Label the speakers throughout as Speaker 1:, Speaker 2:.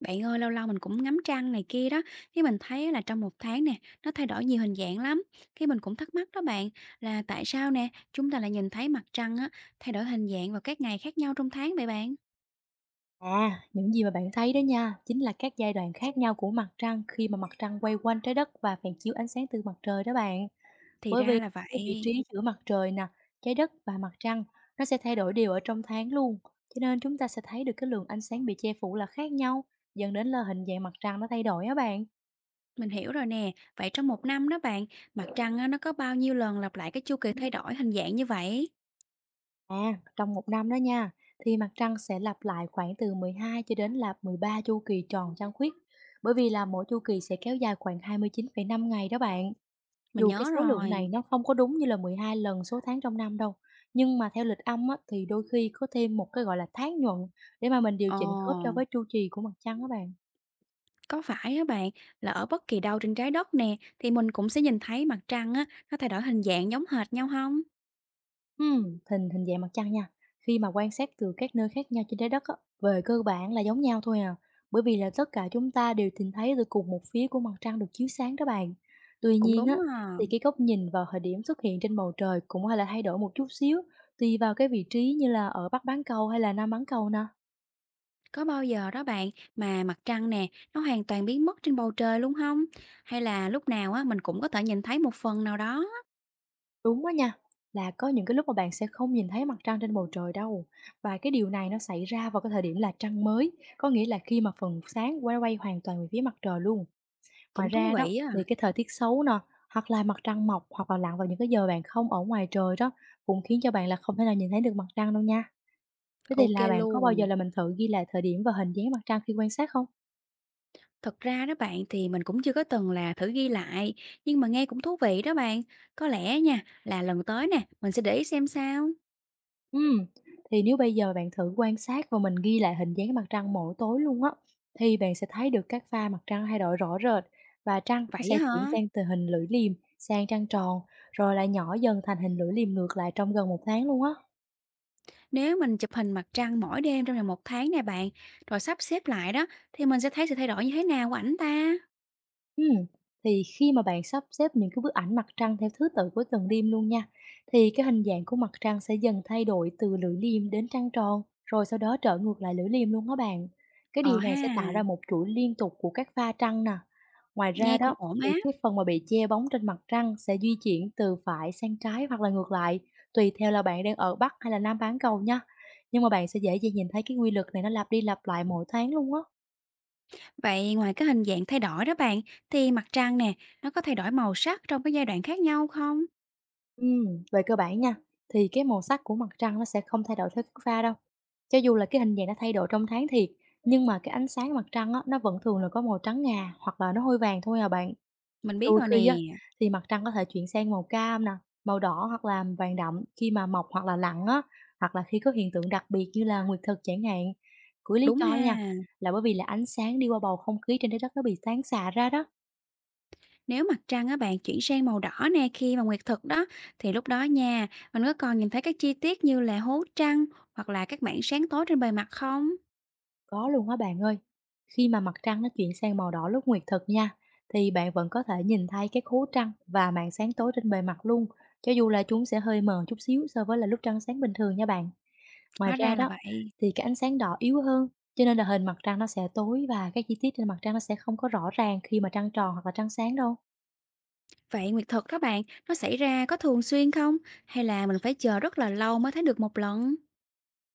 Speaker 1: Bạn ơi, lâu lâu mình cũng ngắm trăng này kia đó, cái mình thấy á là trong một tháng nè, nó thay đổi nhiều hình dạng lắm. Cái mình cũng thắc mắc đó bạn, là tại sao nè, chúng ta lại nhìn thấy mặt trăng á, thay đổi hình dạng vào các ngày khác nhau trong tháng vậy bạn?
Speaker 2: À, những gì mà bạn thấy đó nha, chính là các giai đoạn khác nhau của mặt trăng khi mà mặt trăng quay quanh trái đất và phản chiếu ánh sáng từ mặt trời đó bạn.
Speaker 1: Thì
Speaker 2: Bởi
Speaker 1: ra
Speaker 2: vì
Speaker 1: là
Speaker 2: cái vị
Speaker 1: vậy.
Speaker 2: trí giữa mặt trời nè, trái đất và mặt trăng nó sẽ thay đổi đều ở trong tháng luôn. Cho nên chúng ta sẽ thấy được cái lượng ánh sáng bị che phủ là khác nhau, dẫn đến là hình dạng mặt trăng nó thay đổi á bạn.
Speaker 1: Mình hiểu rồi nè, vậy trong một năm đó bạn, mặt trăng á, nó có bao nhiêu lần lặp lại cái chu kỳ thay đổi hình dạng như vậy?
Speaker 2: À, trong một năm đó nha, thì mặt trăng sẽ lặp lại khoảng từ 12 cho đến là 13 chu kỳ tròn trăng khuyết. Bởi vì là mỗi chu kỳ sẽ kéo dài khoảng 29,5 ngày đó bạn.
Speaker 1: Mình
Speaker 2: Dù cái
Speaker 1: nhớ
Speaker 2: số lượng
Speaker 1: rồi.
Speaker 2: này nó không có đúng như là 12 lần số tháng trong năm đâu, nhưng mà theo lịch âm á, thì đôi khi có thêm một cái, gọi là, tháng nhuận để mà mình điều
Speaker 1: Ồ,
Speaker 2: chỉnh khớp cho với chu kỳ của mặt trăng đó bạn.
Speaker 1: có phải á bạn, là ở bất kỳ đâu trên trái đất nè, thì mình cũng sẽ nhìn thấy mặt trăng á, nó thay đổi hình dạng giống hệt nhau không?
Speaker 2: Hình hình dạng mặt trăng nha, khi mà quan sát từ các nơi khác nhau trên trái đất á, về cơ bản là giống nhau thôi à, bởi vì là tất cả chúng ta đều nhìn thấy từ cùng một phía của mặt trăng được chiếu sáng đó bạn. Tuy
Speaker 1: Cũng
Speaker 2: nhiên
Speaker 1: đúng
Speaker 2: á,
Speaker 1: à.
Speaker 2: thì cái góc nhìn vào thời điểm xuất hiện trên bầu trời cũng hay là thay đổi một chút xíu, tùy vào cái vị trí như là ở Bắc bán cầu hay là Nam bán cầu nè.
Speaker 1: Có bao giờ đó bạn mà mặt trăng nè, nó hoàn toàn biến mất trên bầu trời luôn không? Hay là lúc nào á mình cũng có thể nhìn thấy một phần nào đó?
Speaker 2: Đúng đó nha, là có những cái lúc mà bạn sẽ không nhìn thấy mặt trăng trên bầu trời đâu. Và cái điều này nó xảy ra vào cái thời điểm là trăng mới, có nghĩa là khi mà phần sáng quay quay hoàn toàn về phía mặt trời luôn. Ngoài
Speaker 1: Cũng thú
Speaker 2: ra đó,
Speaker 1: vị á.
Speaker 2: thì cái thời tiết xấu nè, hoặc là mặt trăng mọc hoặc là lặn vào những cái giờ bạn không ở ngoài trời đó cũng khiến cho bạn là không thể nào nhìn thấy được mặt trăng đâu nha. Thế thì
Speaker 1: OK
Speaker 2: là bạn có bao giờ
Speaker 1: luôn.
Speaker 2: là mình thử ghi lại thời điểm và hình dáng mặt trăng khi quan sát không?
Speaker 1: Thật ra đó bạn thì mình cũng chưa có từng là thử ghi lại, nhưng mà nghe cũng thú vị đó bạn. Có lẽ nha, là lần tới nè, mình sẽ để ý xem sao.
Speaker 2: Ừm, thì nếu bây giờ bạn thử quan sát và mình ghi lại hình dáng mặt trăng mỗi tối luôn á, thì bạn sẽ thấy được các pha mặt trăng thay đổi rõ rệt và trăng nó
Speaker 1: Vậy
Speaker 2: sẽ
Speaker 1: á
Speaker 2: chuyển
Speaker 1: hả?
Speaker 2: sang từ hình lưỡi liềm sang trăng tròn, rồi lại nhỏ dần thành hình lưỡi liềm ngược lại trong gần một tháng luôn á.
Speaker 1: Nếu mình chụp hình mặt trăng mỗi đêm trong vòng một tháng nè bạn, rồi sắp xếp lại đó, thì mình sẽ thấy sự thay đổi như thế nào của ảnh ta?
Speaker 2: Ừm, thì khi mà bạn sắp xếp những cái bức ảnh mặt trăng theo thứ tự của từng đêm luôn nha, thì cái hình dạng của mặt trăng sẽ dần thay đổi từ lưỡi liềm đến trăng tròn, rồi sau đó trở ngược lại lưỡi liềm luôn á bạn. Cái
Speaker 1: Ờ
Speaker 2: điều này
Speaker 1: ha,
Speaker 2: sẽ tạo ra một chuỗi liên tục của các pha trăng nè. Ngoài ra
Speaker 1: nghe cũng
Speaker 2: đó,
Speaker 1: ổn
Speaker 2: thì
Speaker 1: á.
Speaker 2: cái phần mà bị che bóng trên mặt trăng sẽ di chuyển từ phải sang trái hoặc là ngược lại, tùy theo là bạn đang ở Bắc hay là Nam bán cầu nha. Nhưng mà bạn sẽ dễ dàng nhìn thấy cái quy luật này nó lặp đi lặp lại mỗi tháng luôn á.
Speaker 1: Vậy ngoài cái hình dạng thay đổi đó bạn, thì mặt trăng nè, nó có thay đổi màu sắc trong cái giai đoạn khác nhau không?
Speaker 2: Ừm, về cơ bản nha, thì cái màu sắc của mặt trăng nó sẽ không thay đổi theo cái pha đâu. Cho dù là cái hình dạng nó thay đổi trong tháng thiệt, nhưng mà cái ánh sáng mặt trăng á, nó vẫn thường là có màu trắng ngà hoặc là nó hơi vàng thôi à bạn.
Speaker 1: Mình biết
Speaker 2: Đôi
Speaker 1: rồi nè,
Speaker 2: khi á, thì mặt trăng có thể chuyển sang màu cam nè, màu đỏ hoặc là vàng đậm khi mà mọc hoặc là lặn á, hoặc là khi có hiện tượng đặc biệt như là nguyệt thực chẳng hạn. Cuối lý
Speaker 1: đúng
Speaker 2: do đó
Speaker 1: ha.
Speaker 2: nha, là bởi vì là ánh sáng đi qua bầu không khí trên trái đất nó bị tán xạ ra đó.
Speaker 1: Nếu mặt trăng á bạn chuyển sang màu đỏ nè khi mà nguyệt thực đó, thì lúc đó nha, mình có còn nhìn thấy các chi tiết như là hố trăng hoặc là các mảng sáng tối trên bề mặt không?
Speaker 2: Có luôn á bạn ơi. Khi mà mặt trăng nó chuyển sang màu đỏ lúc nguyệt thực nha, thì bạn vẫn có thể nhìn thấy cái khố trăng và màn sáng tối trên bề mặt luôn, cho dù là chúng sẽ hơi mờ chút xíu so với là lúc trăng sáng bình thường nha bạn. Ngoài
Speaker 1: Hóa
Speaker 2: ra
Speaker 1: ra là
Speaker 2: đó,
Speaker 1: vậy.
Speaker 2: thì cái ánh sáng đỏ yếu hơn, cho nên là hình mặt trăng nó sẽ tối và các chi tiết trên mặt trăng nó sẽ không có rõ ràng khi mà trăng tròn hoặc là trăng sáng đâu.
Speaker 1: Vậy nguyệt thực đó bạn, nó xảy ra có thường xuyên không? Hay là mình phải chờ rất là lâu mới thấy được một lần?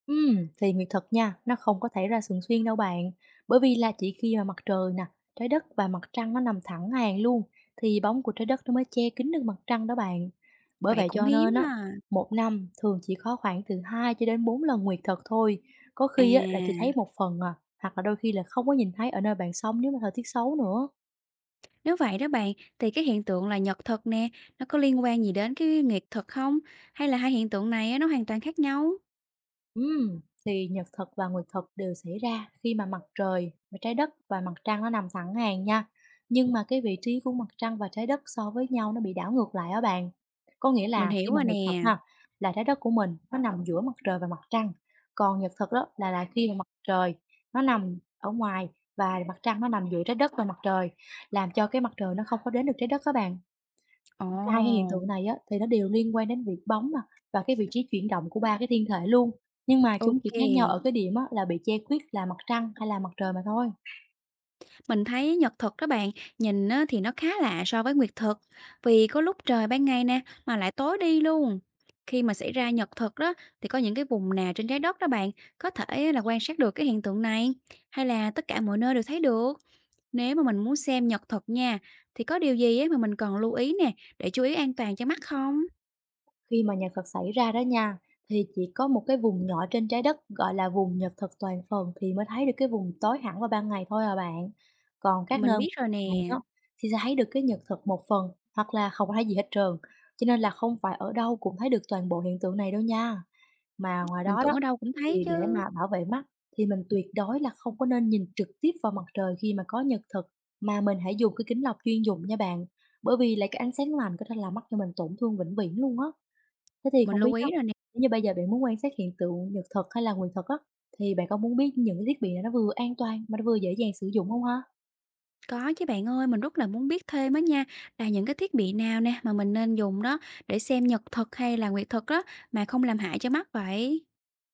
Speaker 2: Thì nguyệt thực nha, nó không có thể ra thường xuyên đâu bạn. Bởi vì là chỉ khi mà mặt trời nè, trái đất và mặt trăng nó nằm thẳng hàng luôn thì bóng của trái đất nó mới che kín được mặt trăng đó bạn. Bởi
Speaker 1: Vậy
Speaker 2: vậy
Speaker 1: cũng
Speaker 2: cho
Speaker 1: hiếm
Speaker 2: nên á,
Speaker 1: ha.
Speaker 2: một năm thường chỉ có khoảng từ 2 cho đến 4 lần nguyệt thực thôi. Có
Speaker 1: À,
Speaker 2: khi á là chỉ thấy một phần à, hoặc là đôi khi là không có nhìn thấy ở nơi bạn sống nếu mà thời tiết xấu nữa.
Speaker 1: nếu vậy đó bạn, thì cái hiện tượng là nhật thực nè, nó có liên quan gì đến cái nguyệt thực không? Hay là hai hiện tượng này á, nó hoàn toàn khác nhau?
Speaker 2: Ừm, thì nhật thực và nguyệt thực đều xảy ra khi mà mặt trời và trái đất và mặt trăng nó nằm sẵn hàng nha. Nhưng mà cái vị trí của mặt trăng và trái đất so với nhau nó bị đảo ngược lại á bạn. Có nghĩa
Speaker 1: Mình
Speaker 2: là khi
Speaker 1: hiểu
Speaker 2: mà
Speaker 1: rồi
Speaker 2: nguyệt thực
Speaker 1: nè.
Speaker 2: ha, là trái đất của mình nó nằm giữa mặt trời và mặt trăng, còn nhật thực đó là khi mà mặt trời nó nằm ở ngoài và mặt trăng nó nằm giữa trái đất và mặt trời, làm cho cái mặt trời nó không có đến được trái đất á bạn.
Speaker 1: Ồ,
Speaker 2: Cả hai cái hiện tượng này á, thì nó đều liên quan đến việc bóng nè, và cái vị trí chuyển động của 3 cái thiên thể luôn, nhưng mà chúng chỉ
Speaker 1: ok.
Speaker 2: khác nhau ở cái điểm á, là bị che khuyết là mặt trăng hay là mặt trời mà thôi.
Speaker 1: Mình thấy nhật thực đó bạn, nhìn á, thì nó khá lạ so với nguyệt thực. Vì có lúc trời ban ngày nè, mà lại tối đi luôn. Khi mà xảy ra nhật thực đó, thì có những cái vùng nào trên trái đất đó bạn, có thể là quan sát được cái hiện tượng này. Hay là tất cả mọi nơi đều thấy được? Nếu mà mình muốn xem nhật thực nha, thì có điều gì á mà mình cần lưu ý nè, để chú ý an toàn cho mắt không?
Speaker 2: Khi mà nhật thực xảy ra đó nha, thì chỉ có một cái vùng nhỏ trên trái đất gọi là vùng nhật thực toàn phần thì mới thấy được cái vùng tối hẳn vào ban ngày thôi à bạn. Còn các
Speaker 1: Mình
Speaker 2: nơi
Speaker 1: biết rồi nè,
Speaker 2: này đó thì sẽ thấy được cái nhật thực một phần hoặc là không thấy gì hết trơn, cho nên là không phải ở đâu cũng thấy được toàn bộ hiện tượng này đâu nha. Mà ngoài
Speaker 1: mình
Speaker 2: đó
Speaker 1: tưởng
Speaker 2: đó,
Speaker 1: ở đâu cũng thấy
Speaker 2: thì để
Speaker 1: chứ.
Speaker 2: mà bảo vệ mắt thì mình tuyệt đối là không có nên nhìn trực tiếp vào mặt trời khi mà có nhật thực, mà mình hãy dùng cái kính lọc chuyên dụng nha bạn, bởi vì là cái ánh sáng lành có thể làm mắt cho mình tổn thương vĩnh viễn luôn á. Thế thì
Speaker 1: Mình
Speaker 2: không biết
Speaker 1: lưu
Speaker 2: á,
Speaker 1: ý rồi nè.
Speaker 2: nếu như bây giờ bạn muốn quan sát hiện tượng nhật thực hay là nguyệt thực á, thì bạn có muốn biết những cái thiết bị nào nó vừa an toàn mà nó vừa dễ dàng sử dụng không ha?
Speaker 1: Có chứ bạn ơi, mình rất là muốn biết thêm á nha, là những cái thiết bị nào nè mà mình nên dùng đó để xem nhật thực hay là nguyệt thực đó mà không làm hại cho mắt vậy?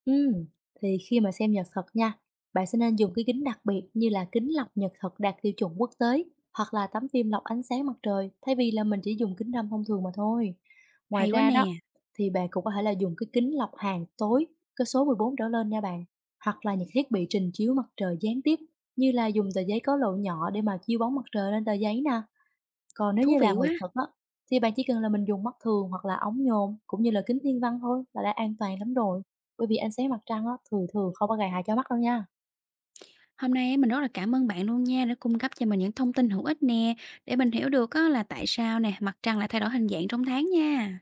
Speaker 2: Ừm, thì khi mà xem nhật thật nha, bạn sẽ nên dùng cái kính đặc biệt như là kính lọc nhật thật đạt tiêu chuẩn quốc tế hoặc là tấm phim lọc ánh sáng mặt trời thay vì là mình chỉ dùng kính râm thông thường mà thôi. Ngoài
Speaker 1: Hay quá
Speaker 2: ra đó,
Speaker 1: nè,
Speaker 2: thì bạn cũng có thể là dùng cái kính lọc hàng tối cái số 14 trở lên nha bạn, hoặc là những thiết bị trình chiếu mặt trời gián tiếp như là dùng tờ giấy có lỗ nhỏ để mà chiếu bóng mặt trời lên tờ giấy nè. Còn nếu
Speaker 1: thú
Speaker 2: như là
Speaker 1: vị quá.
Speaker 2: nguyệt thực á, thì bạn chỉ cần là mình dùng mắt thường hoặc là ống nhòm cũng như là kính thiên văn thôi là đã an toàn lắm rồi, bởi vì ánh sáng mặt trăng á, thường thường không có gây hại cho mắt đâu nha.
Speaker 1: Hôm nay á, mình rất là cảm ơn bạn luôn nha đã cung cấp cho mình những thông tin hữu ích nè, để mình hiểu được á là tại sao nè, mặt trăng lại thay đổi hình dạng trong tháng nha.